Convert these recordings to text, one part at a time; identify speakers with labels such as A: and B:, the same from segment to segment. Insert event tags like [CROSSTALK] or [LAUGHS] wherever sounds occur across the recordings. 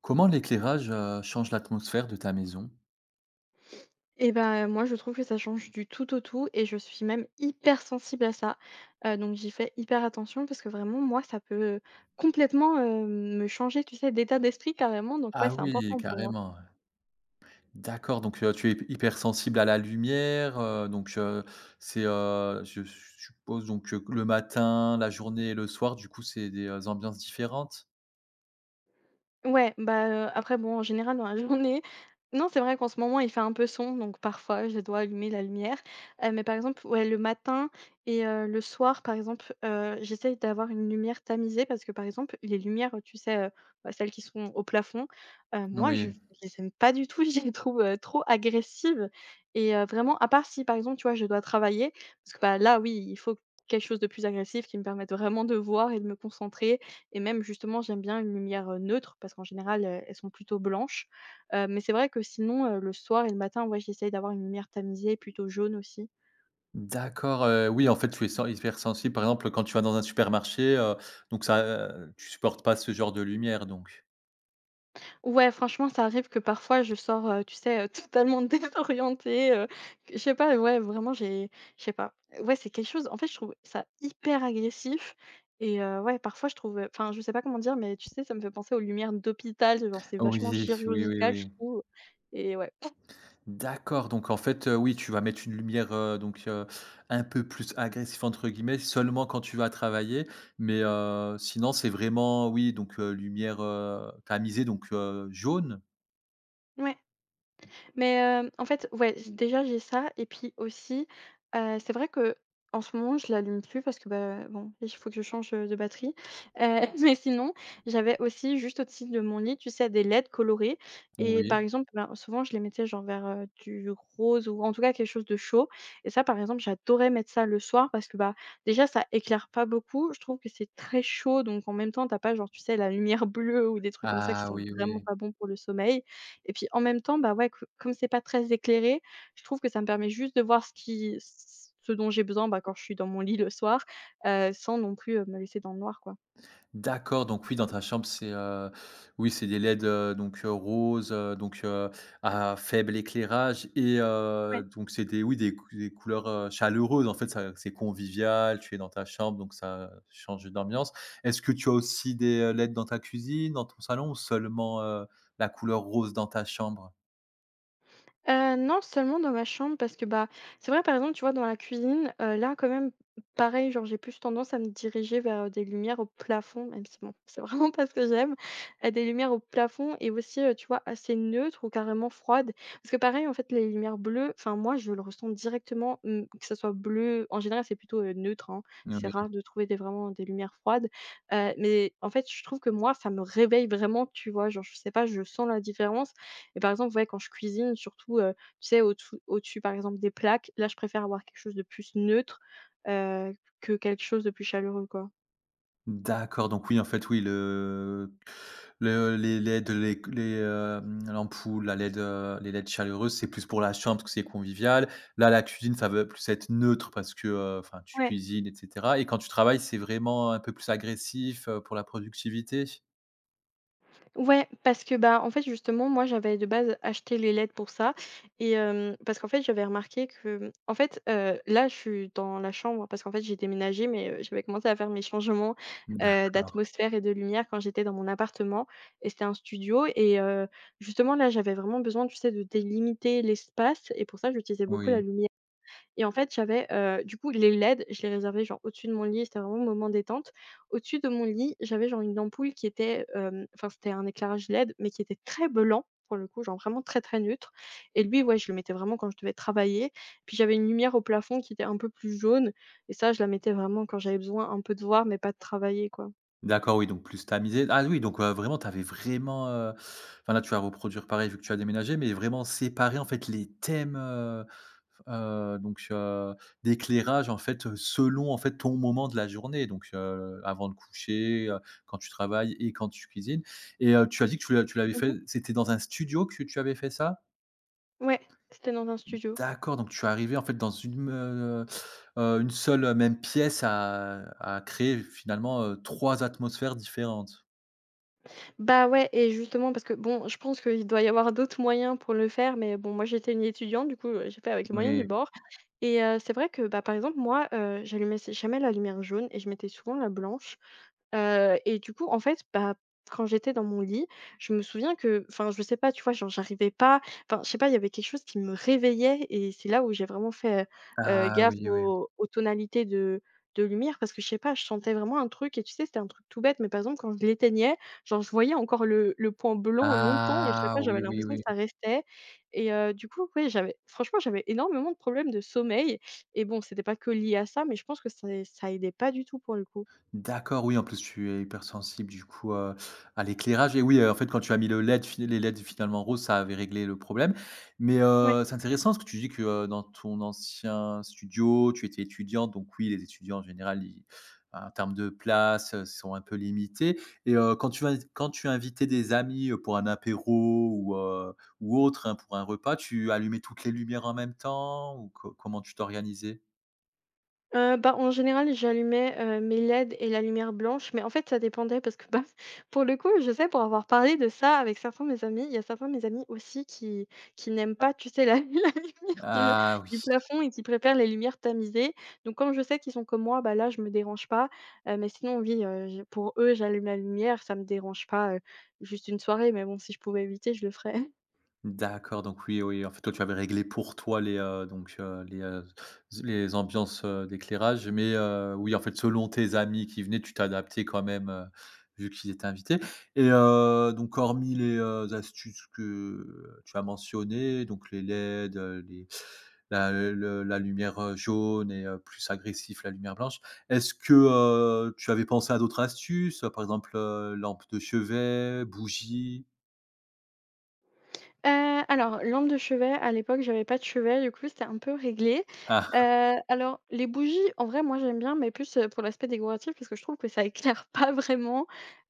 A: Comment l'éclairage, change l'atmosphère de ta maison?
B: Et ben moi, je trouve que ça change du tout au tout et je suis même hyper sensible à ça. Donc j'y fais hyper attention parce que vraiment, moi, ça peut complètement, me changer, tu sais, d'état d'esprit carrément. Donc ouais,
A: Ah
B: c'est
A: oui,
B: important pour moi.
A: carrément, ouais. D'accord, donc tu es hypersensible à la lumière, donc c'est, je suppose donc le matin, la journée et le soir, du coup, c'est des, ambiances différentes?
B: Ouais, bah, après bon, en général, dans la [LAUGHS] journée non, c'est vrai qu'en ce moment, il fait un peu sombre, donc parfois, je dois allumer la lumière, mais par exemple, ouais, le matin et le soir, par exemple, j'essaye d'avoir une lumière tamisée parce que, par exemple, les lumières, tu sais, bah, celles qui sont au plafond, moi, je
A: Oui,
B: les aime pas du tout. [LAUGHS] Je les trouve, trop agressives et vraiment, à part si, par exemple, tu vois, je dois travailler parce que, bah, là, oui, il faut quelque chose de plus agressif qui me permette vraiment de voir et de me concentrer et même justement, j'aime bien une lumière, neutre parce qu'en général, elles sont plutôt blanches, mais c'est vrai que sinon, le soir et le matin, ouais, j'essaye d'avoir une lumière tamisée, plutôt jaune aussi.
A: d'accord, oui, en fait, tu es sen hypersensible, par exemple, quand tu vas dans un supermarché, donc ça, tu supportes pas ce genre de lumière, donc?
B: Ouais, franchement, ça arrive que parfois je sors, tu sais, totalement [LAUGHS] désorientée, que je sais pas, ouais, vraiment j'ai je sais pas. Ouais, c'est quelque chose en fait, je trouve ça hyper agressif et ouais, parfois je trouve, enfin, je sais pas comment dire, mais tu sais, ça me fait penser aux lumières d'hôpital, genre, c'est vachement
A: Oui, oui, oui,
B: chirurgical, je
A: oui.
B: trouve et ouais.
A: D'accord, donc en fait, oui, tu vas mettre une lumière, donc un peu plus «agressive» entre guillemets, seulement quand tu vas travailler. Mais sinon, c'est vraiment oui, donc lumière, tamisée, donc jaune?
B: Ouais. Mais en fait, ouais, déjà j'ai ça et puis aussi, c'est vrai que en ce moment je l'allume plus parce que, bah, bon, il faut que je change, de batterie. Heu, [LAUGHS] mais sinon, j'avais aussi juste au-dessus de mon lit, tu sais, des LED colorés et par
A: Oui.
B: exemple, ben, souvent je les mettais genre vers, du rose ou en tout cas quelque chose de chaud et ça, par exemple, j'adorais mettre ça le soir parce que, bah, déjà ça éclaire pas beaucoup. Je trouve que c'est très chaud donc en même temps, t'as pas genre, tu sais, la lumière bleue ou des trucs comme ça qui
A: Ah
B: sont
A: oui,
B: vraiment
A: oui.
B: pas bons pour le sommeil et puis en même temps, bah, ouais, co comme c'est pas très éclairé, je trouve que ça me permet juste de voir ce dont j'ai besoin, bah, quand je suis dans mon lit le soir, sans non plus, me laisser dans le noir, quoi.
A: D'accord, donc oui, dans ta chambre, c'est, oui, c'est des LED, donc roses, donc à faible éclairage et donc c'est des oui, des cou des couleurs, chaleureuses. En fait, ça c'est convivial, tu es dans ta chambre, donc ça change d'ambiance. Est-ce que tu as aussi des, LED dans ta cuisine, dans ton salon ou seulement, la couleur rose dans ta chambre?
B: Non, seulement dans ma chambre parce que, bah, c'est vrai, par exemple, tu vois, dans la cuisine, là, quand même, pareil, genre, j'ai plus tendance à me diriger vers, des lumières au plafond, même si bon, c'est [LAUGHS] vraiment pas ce que j'aime, des lumières au plafond et aussi, tu vois, assez neutres ou carrément froides. Parce que pareil, en fait, les lumières bleues, enfin, moi, je le ressens directement, que ça soit bleu en général, c'est plutôt, neutre, hein. C'est rare de trouver des vraiment des lumières froides, mais en fait, je trouve que moi, ça me réveille vraiment, tu vois? Genre, je sais pas, je sens la différence mais par exemple, ouais, quand je cuisine, surtout, tu sais, au-dessous au-dessus, par exemple, des plaques, là, je préfère avoir quelque chose de plus neutre, heu, que quelque chose de plus chaleureux, quoi.
A: D'accord, donc oui, en fait, oui, le les LED, les q les, hem, l'ampoule, la LED, les LED chaleureuses, c'est plus pour la chambre parce que c'est convivial. Là, la cuisine, ça va plus être neutre parce que, enfin, tu cuisines et cetera et quand tu travailles, c'est vraiment un peu plus agressif, pour la productivité?
B: Ouais, parce que, bah, en fait, justement, moi, j'avais de base acheté les LED pour ça et parce qu'en fait, j'avais remarqué que en fait, là, je suis dans la chambre parce qu'en fait, j'ai déménagé mais j'avais commencé à faire mes changements,
A: D'accord,
B: d'atmosphère et de lumière quand j'étais dans mon appartement et c'était un studio et justement, là, j'avais vraiment besoin, tu sais, de délimiter l'espace et pour ça, j'utilisais beaucoup la
A: oui.
B: lumière. Et en fait, j'avais, du coup, les LED, je les réservais genre au-dessus de mon lit, c'était vraiment mon moment détente. Au-dessus de mon lit, j'avais genre une ampoule qui était, enfin, c'était un éclairage LED, mais qui était très blanc pour le coup, genre vraiment très, très neutre et lui, ouais, je le mettais vraiment quand je devais travailler. Puis j'avais une lumière au plafond qui était un peu plus jaune et ça, je la mettais vraiment quand j'avais besoin un peu de voir, mais pas de travailler, quoi.
A: D'accord, oui, donc plus tamisé. Ah oui, donc vraiment, tu avais vraiment, enfin là, tu vas reproduire pareil vu que tu as déménagé, mais vraiment séparer, en fait, les thèmes, donc d'éclairage, en fait, selon, en fait, ton moment de la journée. Donc avant de coucher, quand tu travailles et quand tu cuisines et tu as dit que tu l'avais
B: Mmh.
A: fait c'était dans un studio que tu avais fait ça?
B: Ouais, c'était dans un studio.
A: D'accord, donc tu es arrivé, en fait, dans une, une seule, même pièce à créer finalement, 3 atmosphères différentes.
B: Bah, ouais et justement parce que bon, je pense qu'il doit y avoir d'autres moyens pour le faire, mais bon, moi, j'étais une étudiante, du coup, j'ai fait avec les moyens du
A: Oui.
B: bord. Et c'est vrai que, bah, par exemple, moi, j'allumais jamais la lumière jaune et je mettais souvent la blanche. Et du coup, en fait, bah, quand j'étais dans mon lit, je me souviens que enfin, je sais pas, tu vois, genre, j'arrivais pas enfin, je sais pas, il y avait quelque chose qui me réveillait et c'est là où j'ai vraiment fait,
A: Ah
B: gaffe
A: oui, oui.
B: aux tonalités de lumière parce que je sais pas, je sentais vraiment un truc et tu sais, c'était un truc tout bête, mais par exemple, quand je l'éteignais, genre, je voyais encore le point blanc longtemps et je sais
A: Ah
B: pas, j'avais
A: oui, oui,
B: l'impression que
A: oui.
B: ça restait et du coup, ouais, j'avais franchement, j'avais énormément de problèmes de sommeil et bon, c'était pas que lié à ça, mais je pense que c'est ça aidait pas du tout pour le coup.
A: D'accord, oui, en plus, tu es hypersensible du coup, à l'éclairage et oui, en fait, quand tu as mis le LED fi les LED finalement roses, ça avait réglé le problème. Mais,
B: Ouais.
A: heu, c'est intéressant ce que tu dis que, dans ton ancien studio, tu étais étudiante, donc oui, les étudiants en général, ils en termes de place, sont un peu limités et quand tu invi quand tu invitais des amis, pour un apéro ou autre, hein, pour un repas, tu allumais toutes les lumières en même temps ou co comment tu t'organisais?
B: Bah, en général, j'allumais, mes LED et la lumière blanche, mais en fait, ça dépendait parce que, bah, [LAUGHS] pour le coup, je sais pour avoir parlé de ça avec certains de mes amis, il y a certains de mes amis aussi qui n'aiment pas, tu sais, la [LAUGHS] la lumière du
A: Ah oui,
B: du plafond et qui préfèrent les lumières tamisées. Donc comme je sais qu'ils sont comme moi, bah, là, je me dérange pas, mais sinon oui, je pour eux, j'allume la lumière, ça me dérange pas, juste une soirée, mais bon, si je pouvais éviter, je le ferais.
A: d'accord, donc oui, oui, en fait, toi, tu avais réglé pour toi les, donc les, z les ambiances, d'éclairage, mais oui, en fait, selon tes amis qui venaient, tu t'adaptais quand même, vu qu'ils étaient invités et donc hormis les, astuces que tu as mentionnées, donc les LED, les la le la lumière, jaune et plus agressif, la lumière blanche. Est-ce que, tu avais pensé à d'autres astuces? Par exemple, lampe de chevet, bougie?
B: Alors lampe de chevet, à l'époque, j'avais pas de chevet, du coup, c'était un peu réglé. Alors les bougies, en vrai, moi, j'aime bien, mais plus, pour l'aspect décoratif parce que je trouve que ça [LAUGHS] éclaire pas vraiment.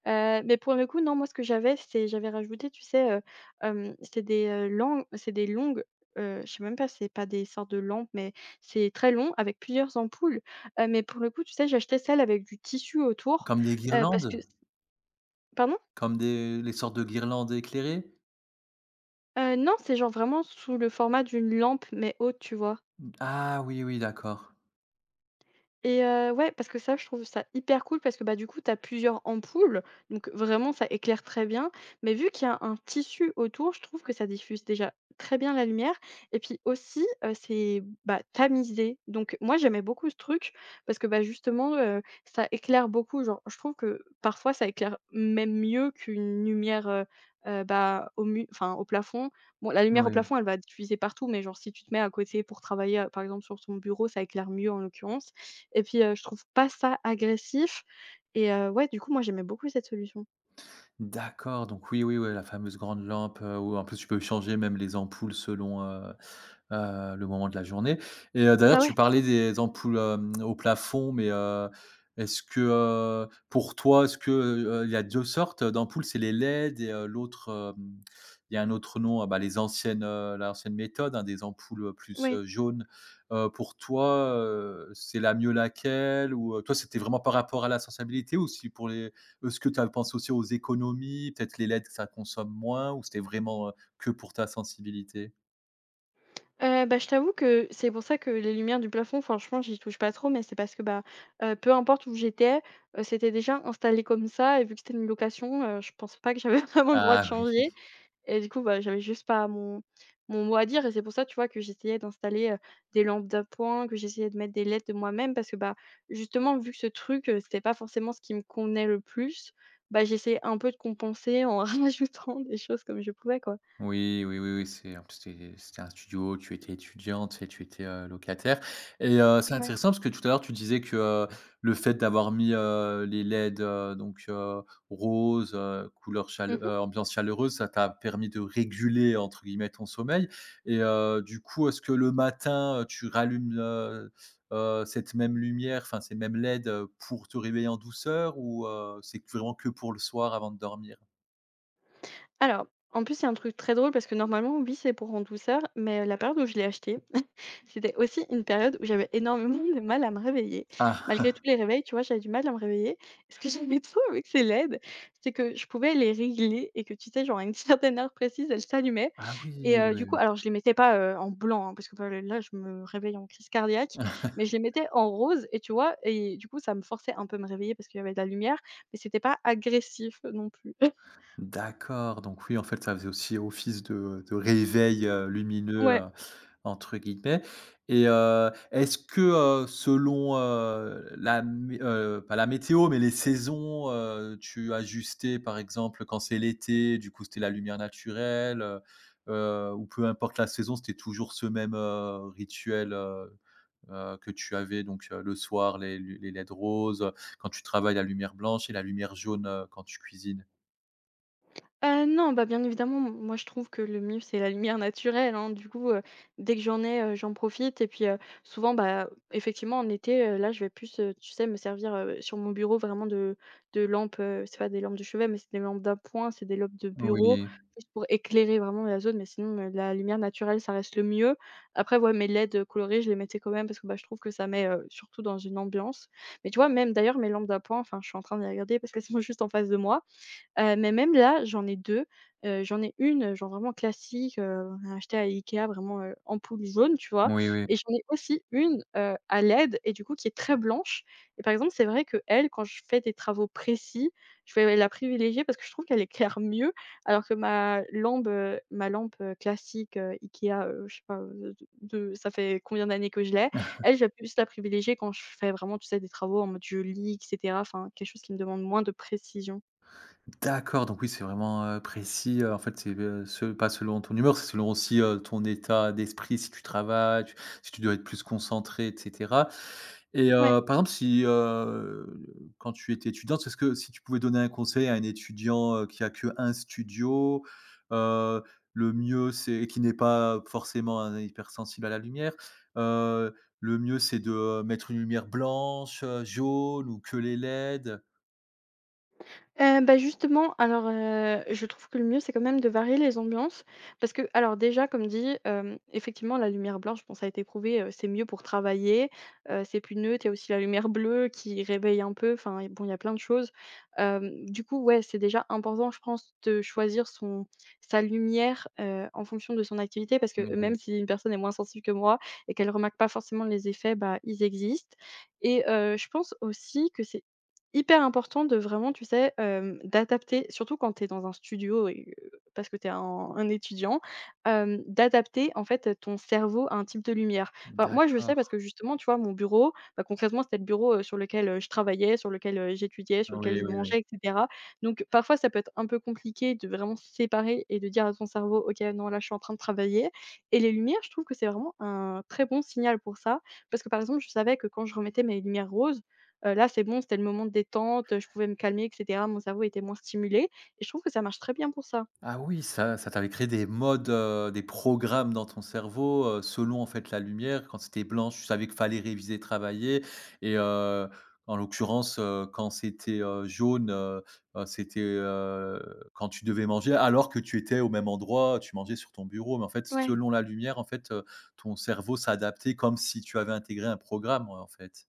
B: Mais pour le coup, non, moi, ce que j'avais, c'est j'avais rajouté, tu sais, c'est des, lan c'est des longues, je sais même pas, si c'est pas des sortes de lampes, mais c'est très long avec plusieurs ampoules. Mais pour le coup, tu sais, j'achetais celles avec du tissu autour,
A: Comme des
B: heu, parce que
A: guirlandes?
B: pardon?
A: Comme des les sortes de guirlandes éclairées?
B: Non, c'est genre vraiment sous le format d'une lampe, mais haute, tu vois?
A: Ah oui, oui, d'accord.
B: Et ouais, parce que ça, je trouve ça hyper cool parce que, bah, du coup, tu as plusieurs ampoules, donc vraiment, ça éclaire très bien. Mais vu qu'il y a un tissu autour, je trouve que ça diffuse déjà très bien la lumière et puis aussi, c'est, bah, tamisé. Donc moi, j'aimais beaucoup ce truc parce que, bah, justement, ça éclaire beaucoup. Genre, je trouve que parfois, ça éclaire même mieux qu'une lumière, bah, au mu enfin, au plafond. Bon, la lumière au
A: Oui.
B: plafond, elle va diffuser partout, mais genre, si tu te mets à côté pour travailler, par exemple, sur ton bureau, ça éclaire mieux, en l'occurrence. Et puis, je trouve pas ça agressif et ouais, du coup, moi, j'aimais beaucoup cette solution.
A: D'accord, donc oui, oui, ouais, la fameuse grande lampe, où en plus tu peux changer même les ampoules selon, le moment de la journée et d'ailleurs,
B: Bah,
A: tu
B: ouais,
A: parlais des ampoules, au plafond, mais est-ce que, pour toi, est-ce que, il y a 2 sortes d'ampoules? C'est les LED et l'autre, il y a un autre nom, bah, les anciennes, l'ancienne méthode, hein, des ampoules, plus,
B: ouais.
A: heu, jaunes. Pour toi, c'est la mieux laquelle? Ou toi, c'était vraiment par rapport à la sensibilité ou si pour les est-ce que tu as pensé aussi aux économies? Peut-être les LED, ça consomme moins ou c'était vraiment, que pour ta sensibilité?
B: Bah, je t'avoue que c'est pour ça que les lumières du plafond, franchement, j'y touche pas trop, mais c'est parce que, bah, peu importe où j'étais, c'était déjà installé comme ça et vu que c'était une location, je pense pas que j'avais [LAUGHS] vraiment le droit de
A: Ah,
B: changer. Et du coup, bah, j'avais juste pas mon mot à dire et c'est pour ça, tu vois, que j'essayais d'installer, des lampes d'appoint, que j'essayais de mettre des lettres de moi-même parce que, bah, justement, vu que ce truc, c'était pas forcément ce qui me convenait le plus, bah, j'essayais un peu de compenser en [LAUGHS] rajoutant des choses comme je pouvais, quoi.
A: oui, oui, oui, oui, c'est en plus, c'était un studio, tu étais étudiante et tu étais, locataire et c'est
B: Ouais.
A: intéressant parce que tout à l'heure tu disais que, le fait d'avoir mis, les LED, donc roses, couleur chale
B: Mmh.
A: ambiance chaleureuse, ça t'a permis de «réguler» entre guillemets ton sommeil et du coup, est-ce que le matin, tu rallumes, cette même lumière, enfin ces mêmes LED, pour te réveiller en douceur ou c'est vraiment que pour le soir avant de dormir?
B: Alors, en plus, c'est un truc très drôle parce que normalement, oui, c'est pour en douceur, mais la période où je l'ai acheté. C'était aussi une période où j'avais énormément de mal à me réveiller. Malgré
A: Ah!
B: tous les réveils, tu vois, j'avais du mal à me réveiller. Et ce que j'aimais trop avec ces LED, c'est que je pouvais les régler et que, tu sais, genre à une [LAUGHS] certaine heure précise, elles s'allumaient.
A: Ah oui,
B: Et
A: oui,
B: heu, du coup,
A: oui.
B: alors je les mettais pas, en blanc, hein, parce que, bah, là, je me réveille en crise cardiaque, mais je les mettais en rose, et tu vois? Et du coup, ça me forçait un peu à me réveiller parce qu'il y avait de la lumière, mais c'était pas agressif non plus. [LAUGHS]
A: D'accord, donc oui, en fait, ça faisait aussi office de réveil, lumineux,
B: Ouais.
A: heu, entre guillemets et est-ce que, selon, la mé pas la météo, mais les saisons, tu ajustais, par exemple, quand c'est l'été, du coup, c'était la lumière naturelle, ou peu importe la saison, c'était toujours ce même, rituel, que tu avais donc le soir, les LED roses, quand tu travailles, la lumière blanche et la lumière jaune, quand tu cuisines?
B: Non, bah, bien évidemment, m moi je trouve que le mieux, c'est la lumière naturelle, hein. Du coup, dès que j'en ai, j'en profite. Et puis souvent, bah, effectivement en été, là, je vais plus, tu sais, me servir, sur mon bureau vraiment de lampes. C'est pas des lampes de chevet, mais c'est des lampes d'appoint, c'est des lampes de bureau,
A: Oui.
B: juste pour éclairer vraiment la zone. Mais sinon, la lumière naturelle, ça reste le mieux. Après, ouais, mes LED, colorées, je les mettais quand même parce que, bah, je trouve que ça met, surtout, dans une ambiance. Mais tu vois, même d'ailleurs mes lampes d'appoint, enfin, je suis en train de les regarder parce qu'elles sont [LAUGHS] juste en face de moi. Mais même là, j'en ai 2. J'en ai une genre vraiment classique, on a acheté à IKEA, vraiment, ampoule jaune, tu vois?
A: Oui, oui.
B: Et j'en ai aussi une, à LED, et du coup qui est très blanche. Et par exemple, c'est vrai que elle, quand je fais des travaux précis, je vais la privilégier parce que je trouve qu'elle éclaire mieux, alors que ma lampe, classique, IKEA, je sais pas, de ça fait combien d'années que je l'ai. Elle, je vais plus la privilégier quand je fais vraiment, tu sais, des travaux en mode je lis et cetera, enfin quelque chose qui me demande moins de précision.
A: D'accord, donc oui, c'est vraiment, précis, en fait, c'est, se pas selon ton humeur, c'est selon aussi, ton état d'esprit, si tu travailles, tu si tu dois être plus concentré et cetera et
B: Ouais.
A: par exemple, si, quand tu étais étudiante, est-ce que si tu pouvais donner un conseil à un étudiant, qui a que un studio, heu, le mieux c'est et qui n'est pas forcément un hypersensible à la lumière, heu, le mieux c'est de, mettre une lumière blanche, jaune ou que les LED?
B: Bah, justement, je trouve que le mieux, c'est quand même de varier les ambiances, parce que alors déjà, comme dit, effectivement, la lumière blanche, bon, ça a été prouvé, c'est mieux pour travailler, c'est plus neutre. Il y a aussi la lumière bleue qui réveille un peu, enfin, et bon, il y a plein de choses. Du coup, ouais, c'est déjà important, je pense, de choisir son sa lumière, en fonction de son activité, parce que
A: Oui,
B: même si une personne est moins sensible que moi et qu'elle remarque pas forcément les effets, bah, ils existent. Et je pense aussi que c'est hyper important de vraiment, tu sais, d'adapter, surtout quand tu es dans un studio, parce que tu es un étudiant, d'adapter en fait ton cerveau à un type de lumière. Enfin, moi, je le sais
A: d'accord.
B: parce que justement, tu vois, mon bureau, bah, concrètement, c'était le bureau sur lequel je travaillais, sur lequel j'étudiais, sur lequel
A: Oui,
B: je
A: oui, oui.
B: mangeais, et cetera. Donc parfois, ça peut être un peu compliqué de vraiment se séparer et de dire à ton cerveau: «OK, non, là, je suis en train de travailler», et les lumières, je trouve que c'est vraiment un très bon signal pour ça. Parce que, par exemple, je savais que quand je remettais mes lumières roses, là, c'est bon, c'était le moment de détente, je pouvais me calmer et cetera. Mon cerveau était moins stimulé et je trouve que ça marche très bien pour ça.
A: Ah oui, ça t'avait créé des modes, des programmes dans ton cerveau, selon en fait la lumière. Quand c'était blanche, tu savais qu'il fallait réviser, travailler et en l'occurrence, quand c'était, jaune, c'était, quand tu devais manger alors que tu étais au même endroit, tu mangeais sur ton bureau. Mais en fait,
B: Ouais.
A: selon la lumière, en fait, ton cerveau s'adaptait comme si tu avais intégré un programme, ouais, en fait.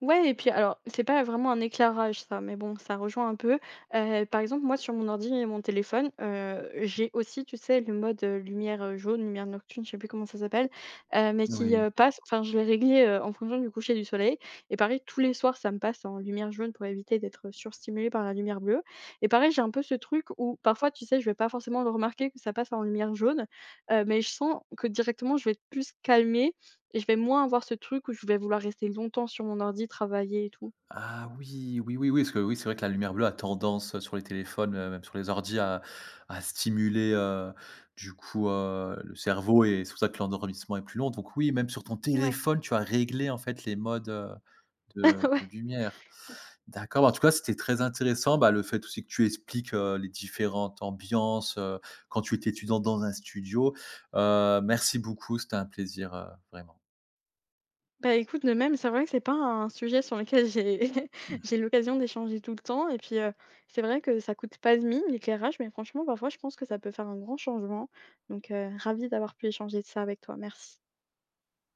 B: Ouais. Et puis alors, c'est pas vraiment un éclairage ça, mais bon, ça rejoint un peu. Par exemple, moi sur mon ordi et mon téléphone, j'ai aussi, tu sais, le mode, lumière jaune, lumière nocturne, je sais plus comment ça s'appelle, mais qui
A: Oui.
B: passe, enfin je l'ai réglé, en fonction du coucher du soleil, et pareil tous les soirs ça me passe en lumière jaune pour éviter d'être surstimulé par la lumière bleue. Et pareil, j'ai un peu ce truc où parfois, tu sais, je vais pas forcément le remarquer que ça passe en lumière jaune, mais je sens que directement je vais être plus calmée et je vais moins avoir ce truc où je vais vouloir rester longtemps sur mon ordi, travailler et tout.
A: Ah oui, oui, oui, oui, parce que oui, c'est vrai que la lumière bleue a tendance, sur les téléphones, même sur les ordis à stimuler, du coup, le cerveau et c'est pour ça que l'endormissement est plus long. Donc oui, même sur ton
B: Ouais.
A: téléphone, tu as réglé en fait les modes, de
B: [LAUGHS] Ouais.
A: de lumière. D'accord, bah, en tout cas, c'était très intéressant, bah, le fait aussi que tu expliques, les différentes ambiances, quand tu étais étudiant dans un studio. Merci beaucoup, c'était un plaisir, vraiment.
B: Bah, écoute, de même, c'est vrai que c'est pas un sujet sur lequel j'ai [LAUGHS] j'ai l'occasion d'échanger tout le temps. C'est vrai que ça coûte pas de mine, l'éclairage, mais franchement, parfois, je pense que ça peut faire un grand changement. Ravie d'avoir pu échanger de ça avec toi. Merci.